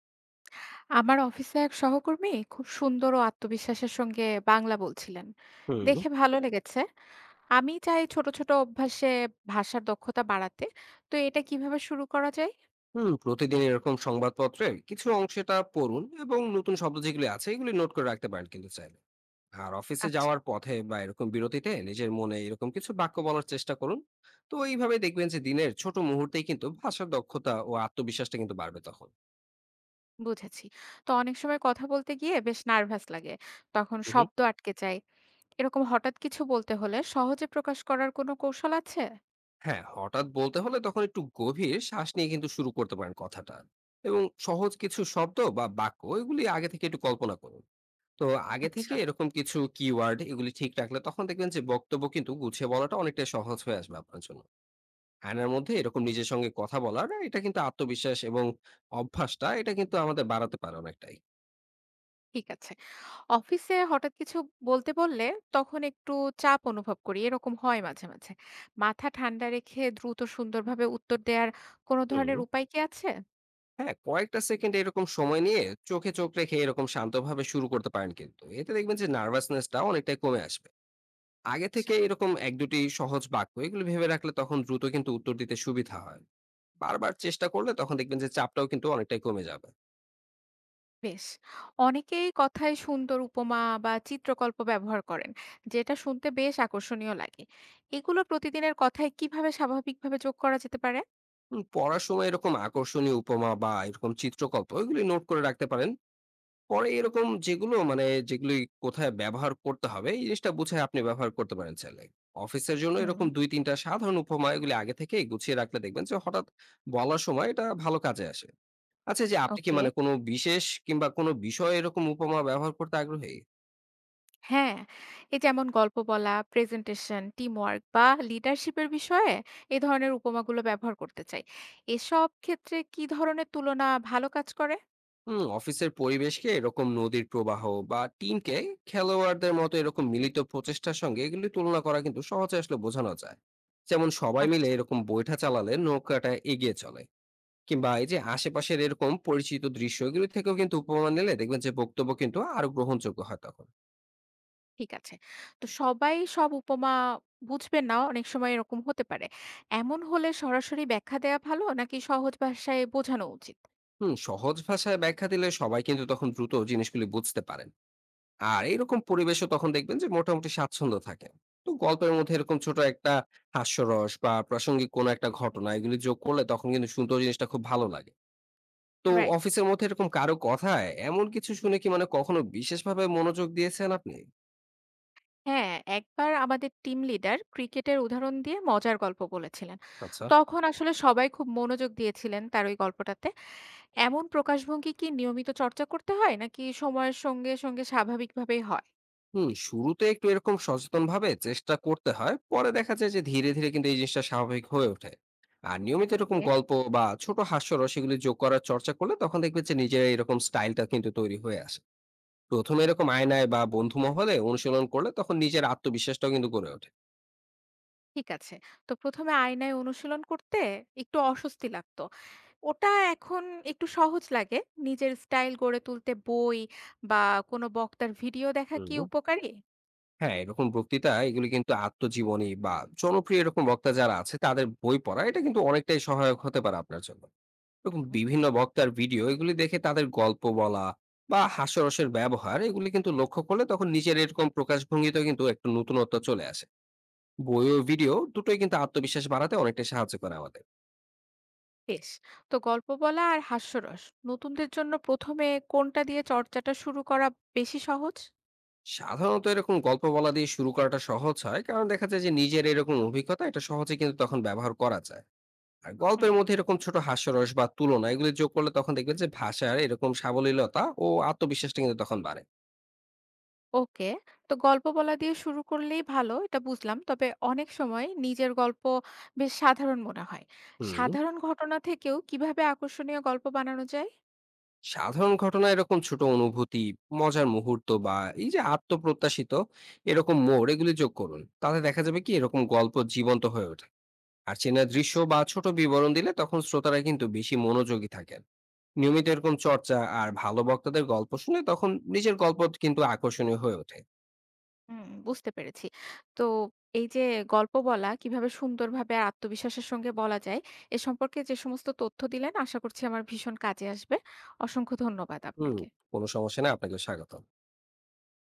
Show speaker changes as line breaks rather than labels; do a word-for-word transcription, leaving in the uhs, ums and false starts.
আমার অফিসে এক সহকর্মী খুব সুন্দর ও আত্মবিশ্বাসের সঙ্গে বাংলা বলছিলেন
হুম,
দেখে ভালো লেগেছে। আমি চাই ছোট ছোট অভ্যাসে ভাষার দক্ষতা বাড়াতে, তো এটা কিভাবে শুরু করা যায়?
হুম, প্রতিদিন এরকম সংবাদপত্রের কিছু অংশটা পড়ুন এবং নতুন শব্দ যেগুলি আছে এগুলি নোট করে রাখতে পারেন কিন্তু চাইলে। আর অফিসে
আচ্ছা,
যাওয়ার পথে বা এরকম বিরতিতে নিজের মনে এরকম কিছু বাক্য বলার চেষ্টা করুন। তো এইভাবে দেখবেন যে দিনের ছোট মুহূর্তেই কিন্তু ভাষার দক্ষতা ও আত্মবিশ্বাসটা কিন্তু বাড়বে তখন।
বুঝেছি। তো অনেক সময় কথা বলতে গিয়ে বেশ নার্ভাস লাগে, তখন
হুম, হুম,
শব্দ আটকে যায়। এরকম হঠাৎ কিছু বলতে হলে সহজে প্রকাশ করার কোনো কৌশল আছে?
হ্যাঁ, হঠাৎ বলতে হলে তখন একটু গভীর শ্বাস নিয়ে কিন্তু শুরু করতে পারেন কথাটা। এবং সহজ কিছু শব্দ বা বাক্য এগুলি আগে থেকে একটু কল্পনা করুন। তো আগে
আচ্ছা,
থেকে এরকম কিছু কিওয়ার্ড এগুলি ঠিক রাখলে তখন দেখবেন যে বক্তব্য কিন্তু গুছিয়ে বলাটা অনেকটা সহজ হয়ে আসবে আপনার জন্য। আয়নার মধ্যে এরকম নিজের সঙ্গে কথা বলার এটা কিন্তু আত্মবিশ্বাস এবং অভ্যাসটা এটা কিন্তু আমাদের বাড়াতে পারে অনেকটাই।
ঠিক আছে। অফিসে হঠাৎ কিছু বলতে বললে তখন একটু চাপ অনুভব করি, এরকম হয় মাঝে মাঝে। মাথা ঠান্ডা রেখে দ্রুত সুন্দরভাবে উত্তর দেওয়ার কোনো ধরনের
হুম,
উপায় কি আছে?
হ্যাঁ, কয়েকটা সেকেন্ড এরকম সময় নিয়ে চোখে চোখ রেখে এরকম শান্তভাবে শুরু করতে পারেন কিন্তু এতে দেখবেন যে নার্ভাসনেসটা অনেকটাই কমে আসবে। আগে
আচ্ছা,
থেকে এরকম এক দুটি সহজ বাক্য এগুলো ভেবে রাখলে তখন দ্রুত কিন্তু উত্তর দিতে সুবিধা হয়। বারবার চেষ্টা করলে তখন দেখবেন যে চাপটাও কিন্তু অনেকটাই কমে যাবে।
বেশ। অনেকেই কথায় সুন্দর উপমা বা চিত্রকল্প ব্যবহার করেন, যেটা শুনতে বেশ আকর্ষণীয় লাগে। এগুলো প্রতিদিনের কথায় কিভাবে স্বাভাবিকভাবে যোগ করা যেতে পারে?
উম পড়ার সময় এরকম আকর্ষণীয় উপমা বা এরকম চিত্রকল্প এগুলি নোট করে রাখতে পারেন। পরে এরকম যেগুলো মানে যেগুলি কোথায় ব্যবহার করতে হবে এই জিনিসটা বুঝে আপনি ব্যবহার করতে পারেন চাইলে। অফিসের জন্য
হুম,
এরকম দুই তিন টা সাধারণ উপমা এগুলি আগে থেকেই গুছিয়ে রাখলে দেখবেন যে হঠাৎ বলার সময় এটা ভালো কাজে আসে। আচ্ছা, এই যে আপনি কি
ওকে,
মানে কোনো বিশেষ কিংবা কোনো বিষয়ে এরকম উপমা ব্যবহার করতে আগ্রহী?
হ্যাঁ, এই যেমন গল্প বলা, প্রেজেন্টেশন, টিমওয়ার্ক বা লিডারশিপের বিষয়ে এ ধরনের উপমাগুলো ব্যবহার করতে চাই। এসব ক্ষেত্রে কি ধরনের তুলনা ভালো কাজ করে?
হুম, অফিসের পরিবেশকে এরকম নদীর প্রবাহ বা টিমকে খেলোয়াড়দের মতো এরকম মিলিত প্রচেষ্টার সঙ্গে এগুলি তুলনা করা কিন্তু সহজে আসলে বোঝানো যায়। যেমন সবাই মিলে
আচ্ছা,
এরকম বৈঠা চালালে নৌকাটা এগিয়ে চলে। কিংবা এই যে আশেপাশের এরকম পরিচিত দৃশ্য এগুলি থেকেও কিন্তু উপমা নিলে দেখবেন যে বক্তব্য কিন্তু আরো গ্রহণযোগ্য হয় তখন।
ঠিক আছে। তো সবাই সব উপমা বুঝবেন না, অনেক সময় এরকম হতে পারে। এমন হলে সরাসরি ব্যাখ্যা দেওয়া ভালো নাকি সহজ ভাষায় বোঝানো উচিত?
হুম, সহজ ভাষায় ব্যাখ্যা দিলে সবাই কিন্তু তখন দ্রুত জিনিসগুলি বুঝতে পারেন। আর এইরকম পরিবেশও তখন দেখবেন যে মোটামুটি স্বাচ্ছন্দ্য থাকে। তো গল্পের মধ্যে এরকম ছোট একটা হাস্যরস বা প্রাসঙ্গিক কোনো একটা ঘটনা এগুলি যোগ করলে তখন কিন্তু শুনতে ওই জিনিসটা খুব ভালো লাগে। তো
রাইট।
অফিসের মধ্যে এরকম কারো কথায় এমন কিছু শুনে কি মানে কখনো বিশেষভাবে মনোযোগ দিয়েছেন আপনি?
হ্যাঁ, একবার আমাদের টিম লিডার ক্রিকেটের উদাহরণ দিয়ে মজার গল্প বলেছিলেন।
আচ্ছা।
তখন আসলে সবাই খুব মনোযোগ দিয়েছিলেন তার ওই গল্পটাতে। এমন প্রকাশভঙ্গি কি নিয়মিত চর্চা করতে হয় নাকি সময়ের সঙ্গে, সঙ্গে স্বাভাবিকভাবেই হয়?
হুম, শুরুতে একটু এরকম সচেতনভাবে চেষ্টা করতে হয়। পরে দেখা যায় যে ধীরে, ধীরে কিন্তু এই জিনিসটা স্বাভাবিক হয়ে ওঠে। আর নিয়মিত এরকম
ওকে,
গল্প বা ছোট হাস্যরস এগুলি যোগ করার চর্চা করলে তখন দেখবেন যে নিজের এরকম স্টাইলটা কিন্তু তৈরি হয়ে আসে। প্রথমে এরকম আয়নায় বা বন্ধু মহলে অনুশীলন করলে তখন নিজের আত্মবিশ্বাসটাও কিন্তু গড়ে ওঠে।
ঠিক আছে। তো প্রথমে আয়নায় অনুশীলন করতে একটু অস্বস্তি লাগতো, ওটা এখন একটু সহজ লাগে। নিজের স্টাইল গড়ে তুলতে বই বা কোনো বক্তার ভিডিও দেখা কি
হুম,
উপকারী?
হ্যাঁ, এরকম বক্তৃতা এগুলি কিন্তু আত্মজীবনী বা জনপ্রিয় এরকম বক্তা যারা আছে তাদের বই পড়া এটা কিন্তু অনেকটাই সহায়ক হতে পারে আপনার জন্য। এরকম
হুম,
বিভিন্ন বক্তার ভিডিও এগুলি দেখে তাদের গল্প বলা বা হাস্যরসের ব্যবহার এগুলি কিন্তু লক্ষ্য করলে তখন নিজের এরকম প্রকাশভঙ্গিতেও কিন্তু একটু নতুনত্ব চলে আসে। বই ও ভিডিও দুটোই কিন্তু আত্মবিশ্বাস বাড়াতে অনেকটা সাহায্য করে আমাদের।
বেশ। তো গল্প বলা আর হাস্যরস নতুনদের জন্য প্রথমে কোনটা দিয়ে চর্চাটা শুরু করা বেশি সহজ?
সাধারণত এরকম গল্প বলা দিয়ে শুরু করাটা সহজ হয় কারণ দেখা যায় যে নিজের এরকম অভিজ্ঞতা এটা সহজে কিন্তু তখন ব্যবহার করা যায়। আর
হুম,
গল্পের মধ্যে এরকম ছোট হাস্যরস বা তুলনা এগুলি যোগ করলে তখন দেখবেন যে ভাষার এরকম সাবলীলতা ও আত্মবিশ্বাসটা কিন্তু তখন বাড়ে।
ওকে। তো গল্প বলা দিয়ে শুরু করলেই ভালো, এটা বুঝলাম। তবে অনেক সময় নিজের গল্প বেশ সাধারণ মনে হয়।
হুম,
সাধারণ ঘটনা থেকেও কিভাবে আকর্ষণীয় গল্প বানানো যায়?
সাধারণ ঘটনা এরকম ছোট অনুভূতি, মজার মুহূর্ত বা এই যে আত্মপ্রত্যাশিত এরকম মোড় এগুলি যোগ করুন, তাতে দেখা যাবে কি এরকম গল্প জীবন্ত হয়ে ওঠে। আর চেনা দৃশ্য
আচ্ছা।
বা ছোট বিবরণ দিলে তখন শ্রোতারা কিন্তু বেশি মনোযোগী থাকেন। নিয়মিত এরকম চর্চা আর ভালো বক্তাদের গল্প শুনে তখন নিজের গল্প কিন্তু আকর্ষণীয় হয়ে ওঠে।
হুম, বুঝতে পেরেছি। তো এই যে গল্প বলা কিভাবে সুন্দরভাবে আর আত্মবিশ্বাসের সঙ্গে বলা যায়, এ সম্পর্কে যে সমস্ত তথ্য দিলেন আশা করছি আমার ভীষণ কাজে আসবে। অসংখ্য ধন্যবাদ
হুম,
আপনাকে।
কোনো সমস্যা না, আপনাকে স্বাগত।